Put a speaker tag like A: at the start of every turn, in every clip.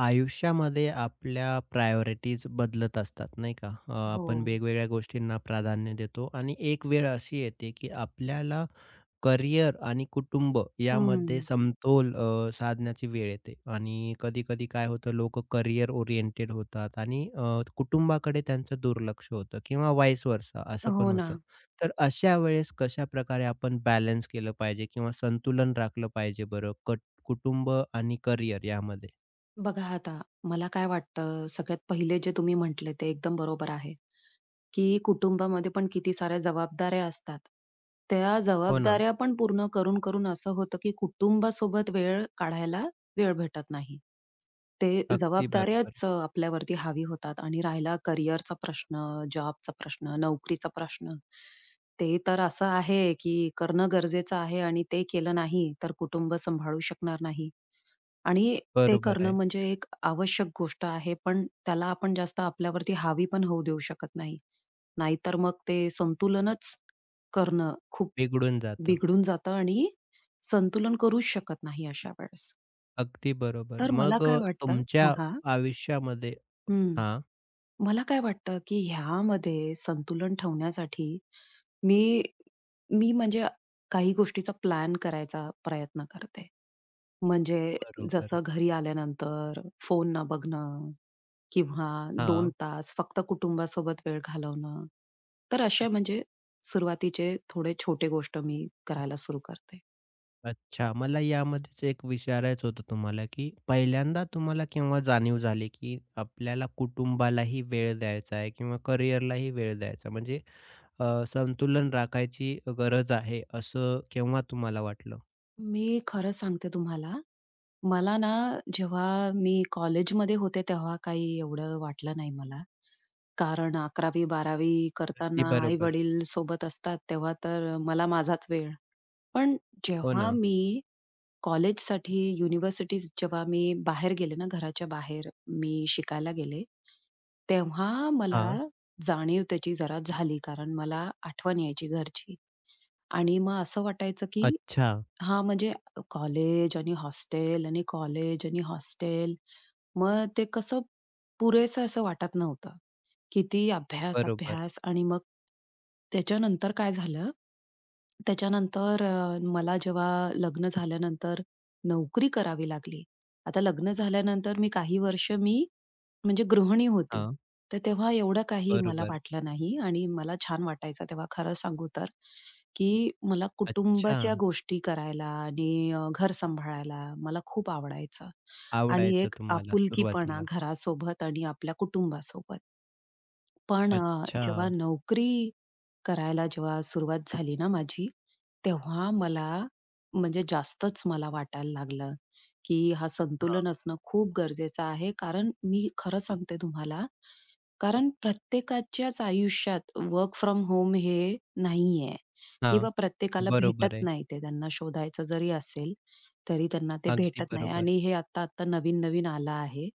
A: आयुष्यामध्ये आपल्या प्रायोरिटीज बदलत असतात नाही का?
B: हो.
A: आपण वेगवेगळ्या गोष्टींना प्राधान्य देतो आणि एक वेळ अशी येते, की आपल्याला करिअर आणि कुटुंब यामध्ये
B: हं.
A: समतोल साधण्याची वेळ येते आणि कधी-कधी काय होतं लोक करिअर ओरिएंटेड होतात आणि कुटुंबाकडे त्यांचं दुर्लक्ष होतं किंवा व्हाईस वर्सा असं
B: हो
A: पण
B: ना.
A: होतं. तर अशा वेळेस कशाप्रकारे आपण बॅलन्स केलं पाहिजे किंवा संतुलन राखलं पाहिजे बरं कुटुंब आणि करिअर यामध्ये?
B: बघा आता, मला काय वाटतं, सगळ्यात पहिले जे तुम्ही म्हटले ते एकदम बरोबर आहे, की कुटुंबामध्ये पण किती साऱ्या जबाबदाऱ्या असतात. त्या
A: हो ना.
B: जबाबदाऱ्या पण पूर्ण करून-करून असं होतं, की कुटुंबासोबत वेळ काढायला वेळ भेटत नाही. ते
A: अगदी बरोबर.
B: जबाबदाऱ्याच आपल्यावरती हावी होतात आणि राहिला करिअरचा प्रश्न, जॉबचा प्रश्न, नोकरीचा प्रश्न, ते तर असं आहे, की करणं गरजेचं आहे आणि ते केलं नाही, तर कुटुंब सांभाळू शकणार नाही. आणि ते
A: बरोबर
B: करणं
A: आहे.
B: म्हणजे एक आवश्यक गोष्ट आहे, पण त्याला आपण जास्त आपल्यावरती हावी पण होऊ देऊ शकत नाही. नाहीतर मग ते संतुलनच करणं खूप
A: बिघडून जातं.
B: बिघडून जातं आणि संतुलन करूच शकत नाही अशा वेळेस.
A: अगदी बरोबर.
B: तर मला
A: मग
B: काय वाटतं
A: तुमच्या
B: हां, हां.
A: आयुष्यामध्ये
B: हं.
A: हां,
B: मला काय वाटतं, की ह्यामध्ये संतुलन ठेवण्यासाठी मी मी म्हणजे काही गोष्टीचा प्लॅन करायचा प्रयत्न करते. म्हणजे
A: बरोबर.
B: जसं घरी आल्यानंतर फोन न बघणं किंवा 2
A: हां.
B: तास फक्त कुटुंबासोबत वेळ घालवणं. तर अशा म्हणजे सुरुवातीचे थोडे छोटे गोष्ट मी करायला सुरू करते.
A: अच्छा. मला यामध्येच एक विचारायचं होतं तुम्हाला, की पहिल्यांदा तुम्हाला केव्हा जाणीव झाली, की आपल्याला कुटुंबालाही वेळ द्यायचा आहे किंवा करिअरलाही वेळ द्यायचा म्हणजे संतुलन राखायची गरज आहे, असं केव्हा तुम्हाला वाटलं?
B: मी खरं सांगते तुम्हाला, मला ना जेव्हा मी कॉलेजमध्ये होते तेव्हा काही एवढं वाटलं नाही मला. कारण 11वी-12वी
A: अगदी
B: करताना
A: बरोबर.
B: आई-वडील सोबत असतात तेव्हा तर मला माझाच वेळ. पण
A: हो
B: जेव्हा
A: ना.
B: मी कॉलेजसाठी, युनिव्हर्सिटीज जेव्हा मी बाहेर गेले ना, घराच्या बाहेर मी शिकायला गेले, तेव्हा मला
A: हां.
B: जाणीव त्याची जरा झाली. कारण मला आठवण यायची घरची आणि मग असं वाटायचं की
A: अच्छा.
B: हा म्हणजे कॉलेज आणि हॉस्टेल आणि कॉलेज आणि हॉस्टेल. मग ते कसं पुरेसं असं वाटत नव्हतं. किती अभ्यास,
A: बरोबर.
B: अभ्यास आणि मग त्याच्यानंतर काय झालं, त्याच्यानंतर मला जेव्हा लग्न झाल्यानंतर नोकरी करावी लागली. आता लग्न झाल्यानंतर मी काही वर्ष मी म्हणजे गृहिणी होती.
A: हां.
B: तर तेव्हा एवढं काही मला
A: बरोबर.
B: वाटलं नाही आणि मला छान वाटायचं तेव्हा खरं सांगू तर. की मला
A: अच्छा.
B: कुटुंबाच्या गोष्टी करायला आणि घर सांभाळायला मला खूप आवडायचं आणि
A: आवडायचं
B: एक
A: तुम्हाला
B: आपुलकीपणा
A: सुरुवातीला.
B: घरासोबत आणि आपल्या कुटुंबासोबत. पण
A: अच्छा.
B: जेव्हा नोकरी करायला जेव्हा सुरुवात झाली ना माझी, तेव्हा मला म्हणजे जास्तच मला वाटायला लागलं, की हा
A: हां,
B: संतुलन असणं खूप गरजेचं आहे. कारण मी खरं सांगते तुम्हाला, कारण प्रत्येकाच्याच आयुष्यात वर्क फ्रॉम होम हे नाहीये
A: हां.
B: किंवा प्रत्येकाला
A: बरोबर
B: भेटत
A: आहे.
B: नाही ते. त्यांना शोधायचं जरी असेल, तरी त्यांना ते
A: अगदी
B: भेटत नाही
A: बरोबर.
B: आणि हे आता-आता नवीन-नवीन आलं आहे.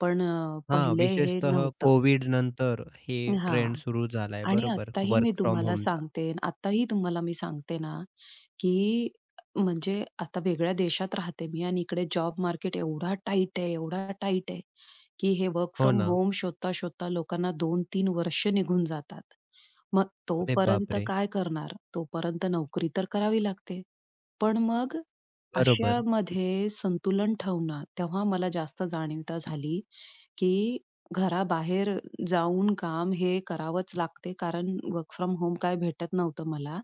B: पण
A: हां,
B: पहिले हे
A: विशेषतः
B: नव्हतं.
A: कोविड नंतर हे
B: हां.
A: ट्रेंड सुरू झालाय
B: आणि
A: बरोबर,
B: आत्ताही मी
A: वर्क फ्रॉम
B: तुम्हाला
A: होमचा.
B: सांगते, आत्ताही तुम्हाला मी सांगते ना, की म्हणजे आता वेगळ्या देशात राहते मी आणि इकडे जॉब मार्केट एवढा टाईट आहे, एवढा टाईट आहे, की हे वर्क
A: हो
B: फ्रॉम
A: ना.
B: होम शोधता-शोधता लोकांना दोन 3 वर्ष निघून जातात. मग
A: अरे
B: तोपर्यंत
A: बापरे!
B: काय करणार? तोपर्यंत नोकरी तर करावी लागते. पण मग
A: बरोबर,
B: अशामध्ये संतुलन ठेवणं, तेव्हा मला जास्त जाणीवता झाली, की घराबाहेर जाऊन काम हे करावंच लागते. कारण वर्क फ्रॉम होम काय भेटत नव्हतं मला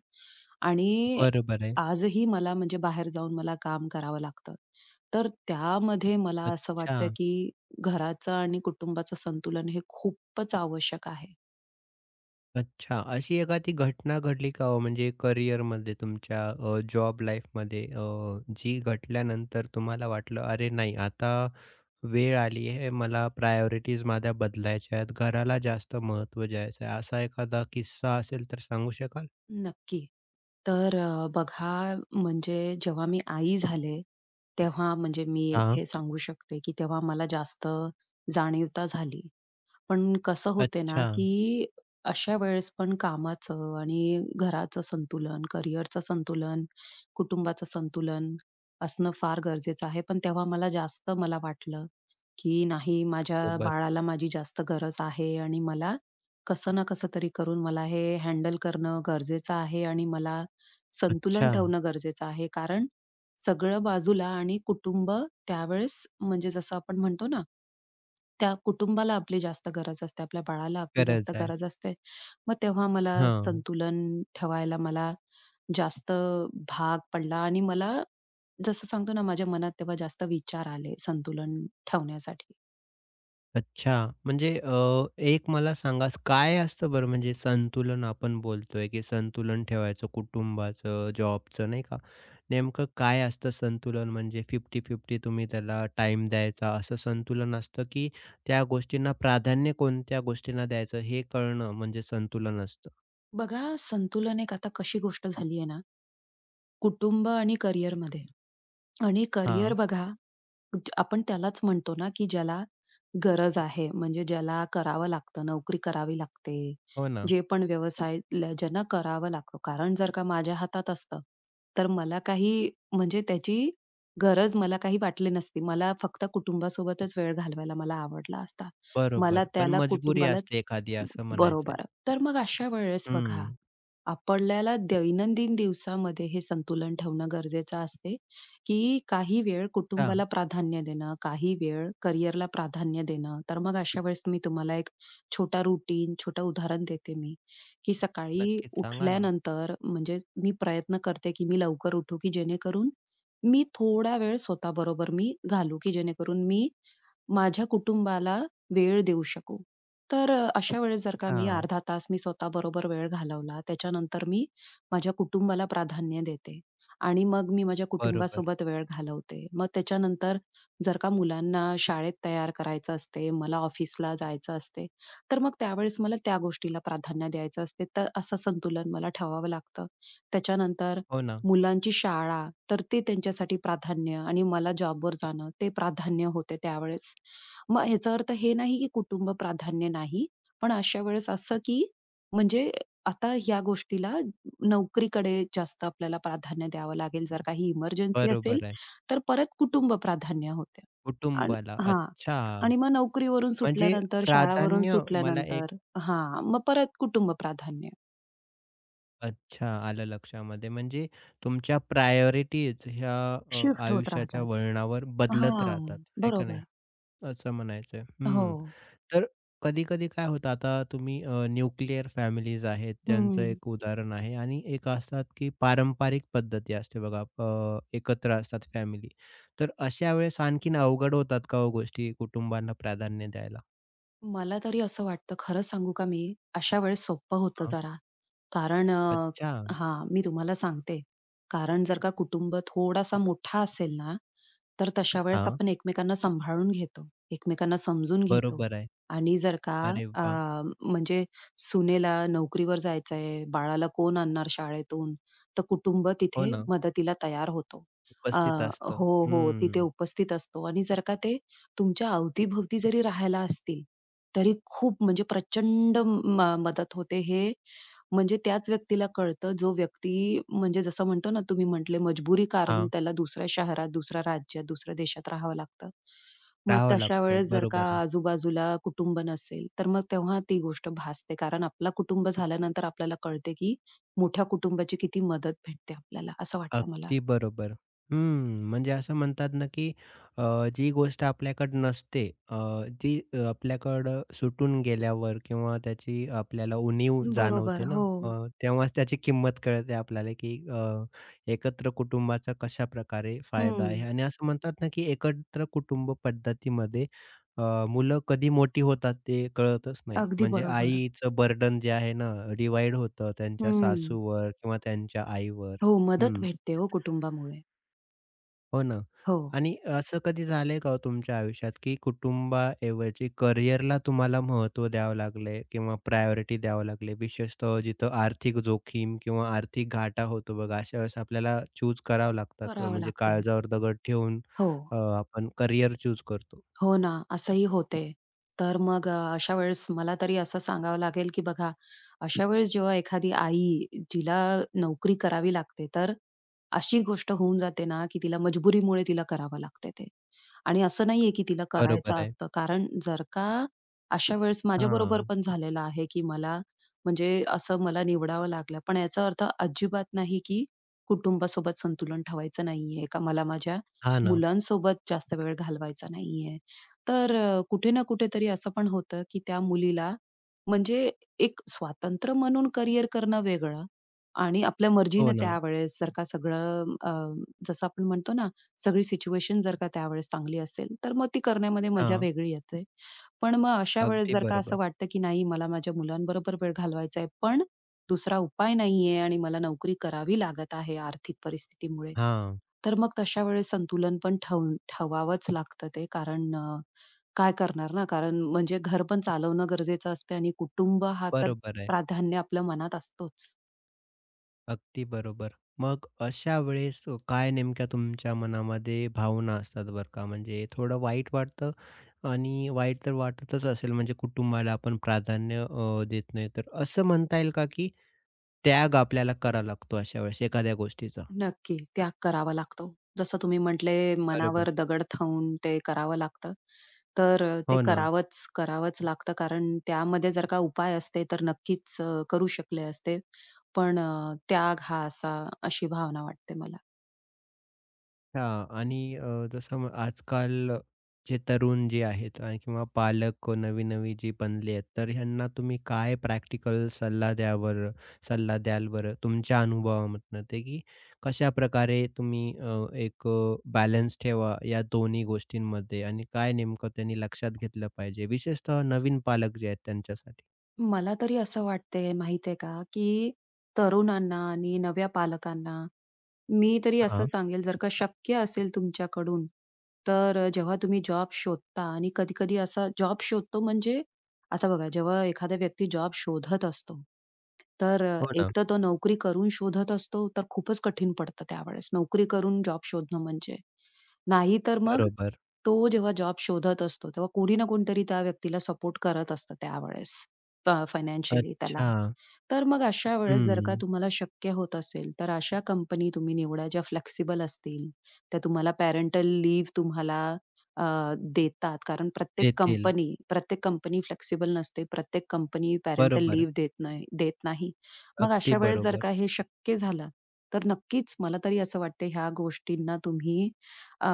B: आणि
A: बरोबर आहे.
B: आजही मला म्हणजे बाहेर जाऊन मला काम करावं लागतं. तर त्यामध्ये मला असं
A: अच्छा,
B: वाटतं, की घराचं आणि कुटुंबाचं संतुलन हे खूपच आवश्यक आहे.
A: अच्छा. अशी एखादी घटना घडली का हो म्हणजे करिअरमध्ये तुमच्या जॉब लाईफमध्ये जी घटल्यानंतर तुम्हाला वाटलं, "अरे नाही आता वेळ आली आहे मला प्रायोरिटीज माझ्या बदलायच्या आहेत. घराला जास्त महत्त्व द्यायचं आहे. असा एखादा किस्सा असेल तर सांगू शकाल?
B: नक्की. तर बघा म्हणजे जेव्हा मी आई झाले, तेव्हा म्हणजे मी
A: हां.
B: हे सांगू शकते, की तेव्हा मला जास्त जाणीवता झाली. पण कसं होते ना,
A: अच्छा.
B: की अशा वेळेस पण कामाचं आणि घराचं संतुलन, करिअरचं संतुलन, कुटुंबाचं संतुलन असणं फार गरजेचं आहे. पण तेव्हा मला जास्त मला वाटलं, की नाही माझ्या
A: बरोबर.
B: बाळाला माझी जास्त गरज आहे आणि मला कसं ना कसं तरी करून मला हे हँडल करणं गरजेचं आहे आणि मला संतुलन
A: अच्छा.
B: ठेवणं गरजेचं आहे. कारण सगळं बाजूला आणि कुटुंब त्यावेळेस म्हणजे जसं आपण म्हणतो ना, त्या कुटुंबाला आपली जास्त गरज असते, आपल्या बाळाला आपली जास्त
A: गरज आहे.
B: गरज असते. मग तेव्हा मला
A: हां.
B: संतुलन ठेवायला मला जास्त भाग पडला आणि मला जसं सांगतो ना माझ्या मनात तेव्हा जास्त विचार आले संतुलन ठेवण्यासाठी.
A: अच्छा. म्हणजे एक मला सांगा काय असतं बरं म्हणजे संतुलन आपण बोलतोय, की संतुलन ठेवायचं कुटुंबाचं, जॉबचं नाही का? नेमकं काय असतं संतुलन म्हणजे 50-50 तुम्ही त्याला टाइम द्यायचा असं संतुलन असतं, की त्या गोष्टींना प्राधान्य कोणत्या गोष्टींना द्यायचं हे कळणं म्हणजे संतुलन असतं?
B: बघा संतुलन एक आता कशी गोष्ट झाली आहे ना, कुटुंब आणि करिअरमध्ये आणि करिअर
A: हां.
B: बघा आपण त्यालाच म्हणतो ना, की ज्याला गरज आहे. म्हणजे ज्याला करावं लागतं, नोकरी करावी लागते.
A: हो ना.
B: जे पण व्यवसाय ज्यांना करावा लागतो. कारण जर का माझ्या हातात असतं, तर मला काही म्हणजे त्याची गरज मला काही वाटली नसती. मला फक्त कुटुंबासोबतच वेळ घालवायला मला आवडला असता. मला
A: बरोबर. पण
B: त्याला
A: मजबुरी
B: कुटुंबालाच
A: असते एखादी असं म्हणायचंय.
B: बरोबर. तर मग अशा वेळेस बघा
A: हं.
B: आपल्याला दैनंदिन दिवसामध्ये हे संतुलन ठेवणं गरजेचं असते, की काही वेळ
A: हां.
B: कुटुंबाला प्राधान्य देणं, काही वेळ करिअरला प्राधान्य देणं. तर मग अशा वेळेस मी तुम्हाला एक छोटा रूटीन, छोटं उदाहरण देते मी, की सकाळी
A: नक्कीच सांगा ना.
B: उठल्यानंतर म्हणजे मी प्रयत्न करते, की मी लवकर उठू, की जेणेकरून मी थोडा वेळ स्वतःबरोबर मी घालू, की जेणेकरून मी माझ्या कुटुंबाला वेळ देऊ शकू. तर अशा वेळेस जर का मी
A: हां.
B: अर्धा तास मी स्वतःबरोबर वेळ घालवला, त्याच्यानंतर मी माझ्या कुटुंबाला प्राधान्य देते आणि मग मी माझ्या
A: बरोबर.
B: कुटुंबासोबत वेळ घालवते. मग त्याच्यानंतर जर का मुलांना शाळेत तयार करायचं असते, मला ऑफिसला जायचं असते, तर मग त्यावेळेस मला त्या गोष्टीला प्राधान्य द्यायचं असते. तर असं संतुलन मला ठेवावं लागतं. त्याच्यानंतर
A: हो ना.
B: मुलांची शाळा, तर ते त्यांच्यासाठी प्राधान्य आणि मला जॉबवर जाणं, ते प्राधान्य होते त्यावेळेस. मग ह्याचा अर्थ हे नाही की कुटुंब प्राधान्य नाही. पण अशा वेळेस असं की म्हणजे आता ह्या गोष्टीला नोकरीकडे जास्त आपल्याला प्राधान्य द्यावं लागेल. जर काही इमर्जन्सी असेल,
A: बरोबर आहे.
B: तर परत कुटुंब प्राधान्य होते. आणि
A: कुटुंबाला.
B: हां.
A: अच्छा,
B: आणि मग नोकरीवरून
A: म्हणजे
B: सुटल्यानंतर, शाळावरून
A: प्राधान्य मला एक
B: सुटल्यानंतर हां, मग परत कुटुंब प्राधान्य.
A: अच्छा, आलं लक्षामध्ये. म्हणजे तुमच्या प्रायोरिटीज ह्या
B: शिफ्ट होत
A: आयुष्याच्या
B: राहतात.
A: वळणावर बदलत
B: हां,
A: राहतात, आहे का नाही?
B: बरोबर.
A: असं म्हणायचंय.
B: हो.
A: हं. तर कधी-कधी काय होतं, आता तुम्ही न्यूक्लिअर फॅमिलीज आहेत, त्यांचं
B: हं.
A: एक उदाहरण आहे आणि एक असतात की पारंपरिक पद्धती असते बघा, एकत्र असतात फॅमिली. तर अशा वेळेस आणखीन अवघड होतात का हो गोष्टी कुटुंबांना प्राधान्य द्यायला?
B: मला तरी असं वाटतं, खरं सांगू का मी, अशा वेळेस सोपं होतं
A: हां.
B: जरा. कारण
A: अच्छा.
B: हां, मी तुम्हाला सांगते. कारण जर का कुटुंब थोडासा मोठा असेल ना, तर तशा वेळेस
A: हां.
B: आपण एकमेकांना सांभाळून घेतो, एकमेकांना समजून घेतो.
A: बरोबर आहे.
B: आणि जर का
A: अरे
B: अ,
A: वा,
B: म्हणजे सुनेला नोकरीवर जायचंय, बाळाला कोण आणणार शाळेतून, तर कुटुंब
A: हो
B: तिथे
A: ना,
B: मदतीला तयार होतो.
A: उपस्थित असतं.
B: हो, हो, तिथे
A: हं.
B: उपस्थित असतो आणि जर का ते तुमच्या अवतीभोवती जरी राहायला असतील तरी खूप म्हणजे प्रचंड मदत होते. हे म्हणजे त्याच व्यक्तीला कळतं, जो व्यक्ती म्हणजे जसं म्हणतो ना, तुम्ही म्हटले मजबुरी कारण
A: हां,
B: त्याला दुसऱ्या शहरात, दुसऱ्या राज्यात, दुसऱ्या देशात राहावं लागतं. मग
A: राहावं
B: तशा
A: लागतं.
B: वेळेस जर का
A: बरोबर आहे.
B: आजूबाजूला कुटुंब नसेल, तर मग तेव्हा ती गोष्ट भासते. कारण आपला कुटुंब झाल्यानंतर आपल्याला कळते, की मोठ्या कुटुंबाची किती मदत भेटते आपल्याला, असं वाटतं मला.
A: अगदी बरोबर. हं, म्हणजे असं म्हणतात ना, की जी गोष्ट आपल्याकडे नसते अ, ती आपल्याकडं सुटून गेल्यावर किंवा त्याची आपल्याला उणीव
B: बरोबर.
A: जाणवते ना,
B: हो.
A: तेव्हाच त्याची किंमत कळते आपल्याला, की एकत्र कुटुंबाचा कशा प्रकारे फायदा
B: हं.
A: आहे. आणि असं म्हणतात ना, की एकत्र कुटुंब पद्धतीमध्ये मुलं कधी मोठी होतात ते कळतच नाही.
B: अगदी
A: म्हणजे
B: बरोबर.
A: आईचं बर्डन जे आहे ना, डिव्हाईड होतं त्यांच्या
B: हं.
A: सासूवर किंवा त्यांच्या आईवर.
B: हो, मदत
A: हं.
B: भेटते हो कुटुंबामुळे.
A: हो ना.
B: हो.
A: आणि असं कधी झालंय का हो तुमच्या आयुष्यात, की कुटुंबाऐवजी करिअरला तुम्हाला महत्त्व द्यावं लागलंय किंवा प्रायोरिटी द्यावं लागली? विशेषतः जिथं आर्थिक जोखीम किंवा आर्थिक घाटा होतो बघा, अशा वेळेस आपल्याला चूज करावं लागतात.
B: करावं
A: म्हणजे
B: लागते.
A: काळजावर दगड ठेवून
B: हो.
A: आपण करिअर चूज करतो.
B: हो ना, असंही होते. तर मग अशा वेळेस मला तरी असं सांगावं लागेल, की बघा, अशा वेळेस जेव्हा एखादी आई जिला नोकरी करावी लागते, तर अशी गोष्ट होऊन जाते ना, की तिला मजबुरीमुळे तिला करावं लागते ते. आणि असं नाहीये, की तिला
A: बरोबर
B: करायचं
A: आहे.
B: असतं. कारण जर का अशा वेळेस माझ्याबरोबर
A: हां.
B: पण झालेलं आहे, की मला म्हणजे असं मला निवडावं लागलं. पण याचा अर्थ अजिबात नाही, की कुटुंबासोबत संतुलन ठेवायचं नाहीये, का मला माझ्या
A: हां ना.
B: मुलांसोबत जास्त वेळ घालवायचा नाहीये. तर कुठे ना कुठेतरी असं पण होतं, की त्या मुलीला म्हणजे एक स्वातंत्र्य म्हणून करियर करणं वेगळं आणि आपल्या
A: हो
B: मर्जीनं
A: ना.
B: त्यावेळेस जर का सगळं जसं आपण म्हणतो ना, सगळी सिच्युएशन जर का त्यावेळेस चांगली असेल, तर मग ती करण्यामध्ये मजा
A: हां.
B: वेगळी येते. पण मग अशा वेळेस
A: अगदी
B: जर का असं
A: बरोबर.
B: वाटतं, की नाही मला माझ्या मुलांबरोबर वेळ घालवायचा आहे, पण दुसरा उपाय नाहीये आणि मला नोकरी करावी लागत आहे आर्थिक परिस्थितीमुळे.
A: हां.
B: तर मग तशा वेळेस संतुलन पण ठेवावंच लागतं ते कारण काय करणार ना, कारण म्हणजे घर पण चालवणं गरजेचं असते आणि कुटुंब हा तर
A: बरोबर आहे.
B: प्राधान्य आपल्या मनात असतोच.
A: अगदी बरोबर. मग अशा वेळेस काय नेमक्या तुमच्या मनामध्ये भावना असतात बरं का? म्हणजे थोडं वाईट वाटतं आणि वाईट तर वाटतच असेल म्हणजे कुटुंबाला आपण प्राधान्य देत नाही. तर असं म्हणता येईल का की त्याग आपल्याला करावा लागतो अशा वेळेस एखाद्या गोष्टीचा?
B: नक्की, त्याग करावा लागतो. जसं तुम्ही म्हटले,
A: बरोबर.
B: मनावर दगड ठेवून ते करावं लागतं. तर ते
A: हो ना.
B: करावंच लागतं कारण त्यामध्ये जर का उपाय असते, तर नक्कीच करू शकले असते. पण त्याग हा असा अशी भावना वाटते मला.
A: हां आणि जसं मग आजकाल जे तरुण जे आहेत आणि किंवा पालक नवी-नवी जी बनले आहेत, तर ह्यांना तुम्ही काय प्रॅक्टिकल सल्ला द्या बरं सल्ला द्याल बरं? तुमच्या अनुभवामधनं ते की कशाप्रकारे तुम्ही एक बॅलन्स ठेवा या दोन्ही गोष्टींमध्ये आणि काय नेमकं त्यांनी लक्षात घेतलं पाहिजे? विशेषतः नवीन पालक जे आहेत त्यांच्यासाठी.
B: मला तरी असं वाटते माहिती का, की तरुणांना आणि नव्या पालकांना मी तरी असं
A: हां,
B: सांगेल, जर का शक्य असेल तुमच्याकडून, तर जेव्हा तुम्ही जॉब शोधता आणि कधी-कधी असा जॉब शोधतो म्हणजे आता बघा, जेव्हा एखादा व्यक्ती जॉब शोधत असतो, तर
A: हो
B: एक
A: ना.
B: तर तो नोकरी करून शोधत असतो, तर खूपच कठीण पडतं त्यावेळेस. नोकरी करून जॉब शोधणं म्हणजे. नाहीतर मग
A: बरोबर.
B: तो जेव्हा जॉब शोधत असतो, तेव्हा कोणी ना कोणीतरी त्या व्यक्तीला सपोर्ट करत असतं त्यावेळेस फायनान्शियली त्याला.
A: अच्छा.
B: तर मग अशा वेळेस जर का
A: हं.
B: तुम्हाला शक्य होत असेल, तर अशा कंपनी तुम्ही निवडा ज्या फ्लेक्सिबल असतील. त्या तुम्हाला पॅरेंटल लीव्ह तुम्हाला अ, देतात. कारण प्रत्येक
A: देतील.
B: कंपनी प्रत्येक कंपनी फ्लेक्सिबल नसते. प्रत्येक कंपनी पॅरेंटल
A: बरोबर.
B: लीव्ह देत नाही. मग
A: अगदी
B: अशा वेळेस जर
A: बरोबर.
B: का हे शक्य झालं, तर नक्कीच मला तरी असं वाटतं ह्या गोष्टींना तुम्ही अ,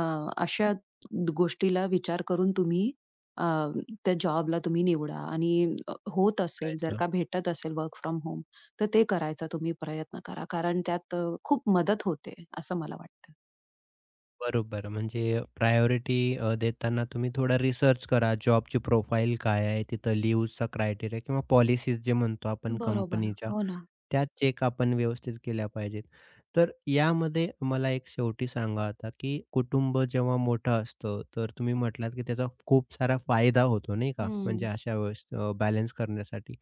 B: अशा गोष्टीला विचार करून तुम्ही त्या जॉबला तुम्ही निवडा आणि होत असेल, जर का भेटत असेल वर्क फ्रॉम होम, तर ते करायचा तुम्ही प्रयत्न करा. कारण त्यात खूप मदत होते, असं मला वाटतं.
A: बरोबर. म्हणजे प्रायोरिटी देताना तुम्ही थोडा रिसर्च करा. जॉबची प्रोफाईल काय आहे? तिथं लीव्हचा क्रायटेरिया किंवा पॉलिसीज जे म्हणतो आपण
B: बरोबर.
A: कंपनीच्या,
B: हो ना.
A: त्या चेक आपण व्यवस्थित केल्या पाहिजेत. तर यामध्ये मला एक शेवटी सांगा आता, की कुटुंब जेव्हा मोठं असतं, तर तुम्ही म्हटलात, की त्याचा खूप सारा फायदा होतो नाही का?
B: हं.
A: म्हणजे अशा वेळेस बॅलन्स करण्यासाठी.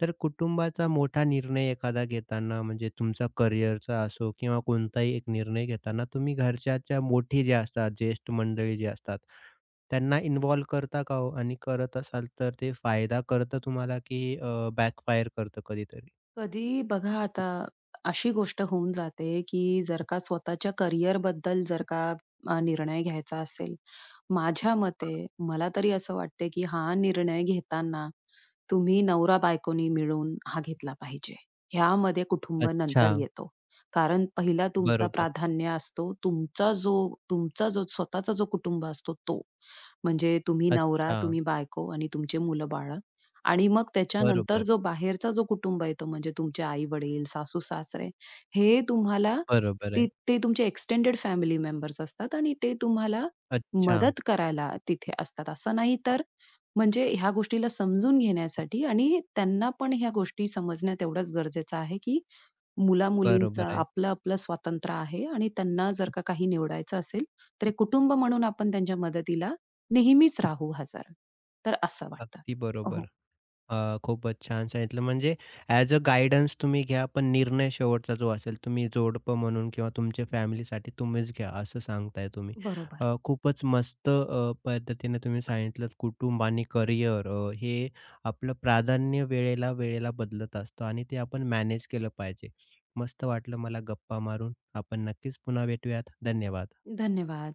A: तर कुटुंबाचा मोठा निर्णय एखादा घेताना म्हणजे तुमचा करिअरचा असो किंवा कोणताही एक निर्णय घेताना तुम्ही घरच्याच्या मोठी जे असतात, ज्येष्ठ मंडळी जे असतात, त्यांना इन्व्हॉल्व करता का हो? आणि करत असाल तर ते फायदा करतं तुम्हाला, की बॅकफायर करतं कधीतरी?
B: कधी बघा आता अशी गोष्ट होऊन जाते की जर का स्वतःच्या करिअर बद्दल जर का निर्णय घ्यायचा असेल, माझ्या मते मला तरी असं वाटते की हा निर्णय घेताना तुम्ही नवरा-बायकोनी मिळून हा घेतला पाहिजे. ह्यामध्ये कुटुंब
A: अच्छा.
B: नंतर येतो. कारण पहिला तुमचा
A: बरोबर.
B: प्राधान्य असतो तुमचा जो स्वतःचा जो कुटुंब असतो तो. म्हणजे तुम्ही नवरा,
A: अच्छा.
B: तुम्ही बायको आणि तुमचे मुलं-बाळ आणि मग त्याच्यानंतर
A: बरोबर.
B: जो बाहेरचा जो कुटुंब आहे तो म्हणजे तुमचे आई-वडील, सासू-सासरे हे तुम्हाला
A: बरोबर
B: ते
A: आहे.
B: ते तुमचे एक्सटेंडेड फॅमिली मेंबर्स असतात आणि ते तुम्हाला
A: अच्छा.
B: मदत करायला तिथे असतात. असं नाही तर म्हणजे ह्या गोष्टीला समजून घेण्यासाठी आणि त्यांना पण ह्या गोष्टी समजणं तेवढंच गरजेचं आहे, की मुला-मुलींचा
A: बरोबर आहे.
B: आपलं-आपलं स्वातंत्र्य आहे आणि त्यांना जर का काही निवडायचं असेल, तर एक कुटुंब म्हणून आपण त्यांच्या मदतीला नेहमीच राहू हजर. तर असं वाटतं.
A: अगदी
B: हो.
A: बरोबर. खूपच छान सांगितलं. म्हणजे ॲज अ गाईडन्स तुम्ही घ्या, पण निर्णय शेवटचा जो असेल, तुम्ही जोडपं म्हणून किंवा तुमच्या फॅमिलीसाठी तुम्हीच घ्या, असं सांगताय तुम्ही.
B: बरोबर.
A: खूपच मस्त पद्धतीने तुम्ही सांगितलंत, कुटुंब आणि करिअर हे आपलं प्राधान्य वेळेला, वेळेला बदलत असतं आणि ते आपण मॅनेज केलं पाहिजे. मस्त वाटलं मला गप्पा मारून. आपण नक्कीच पुन्हा भेटूयात. धन्यवाद.
B: धन्यवाद.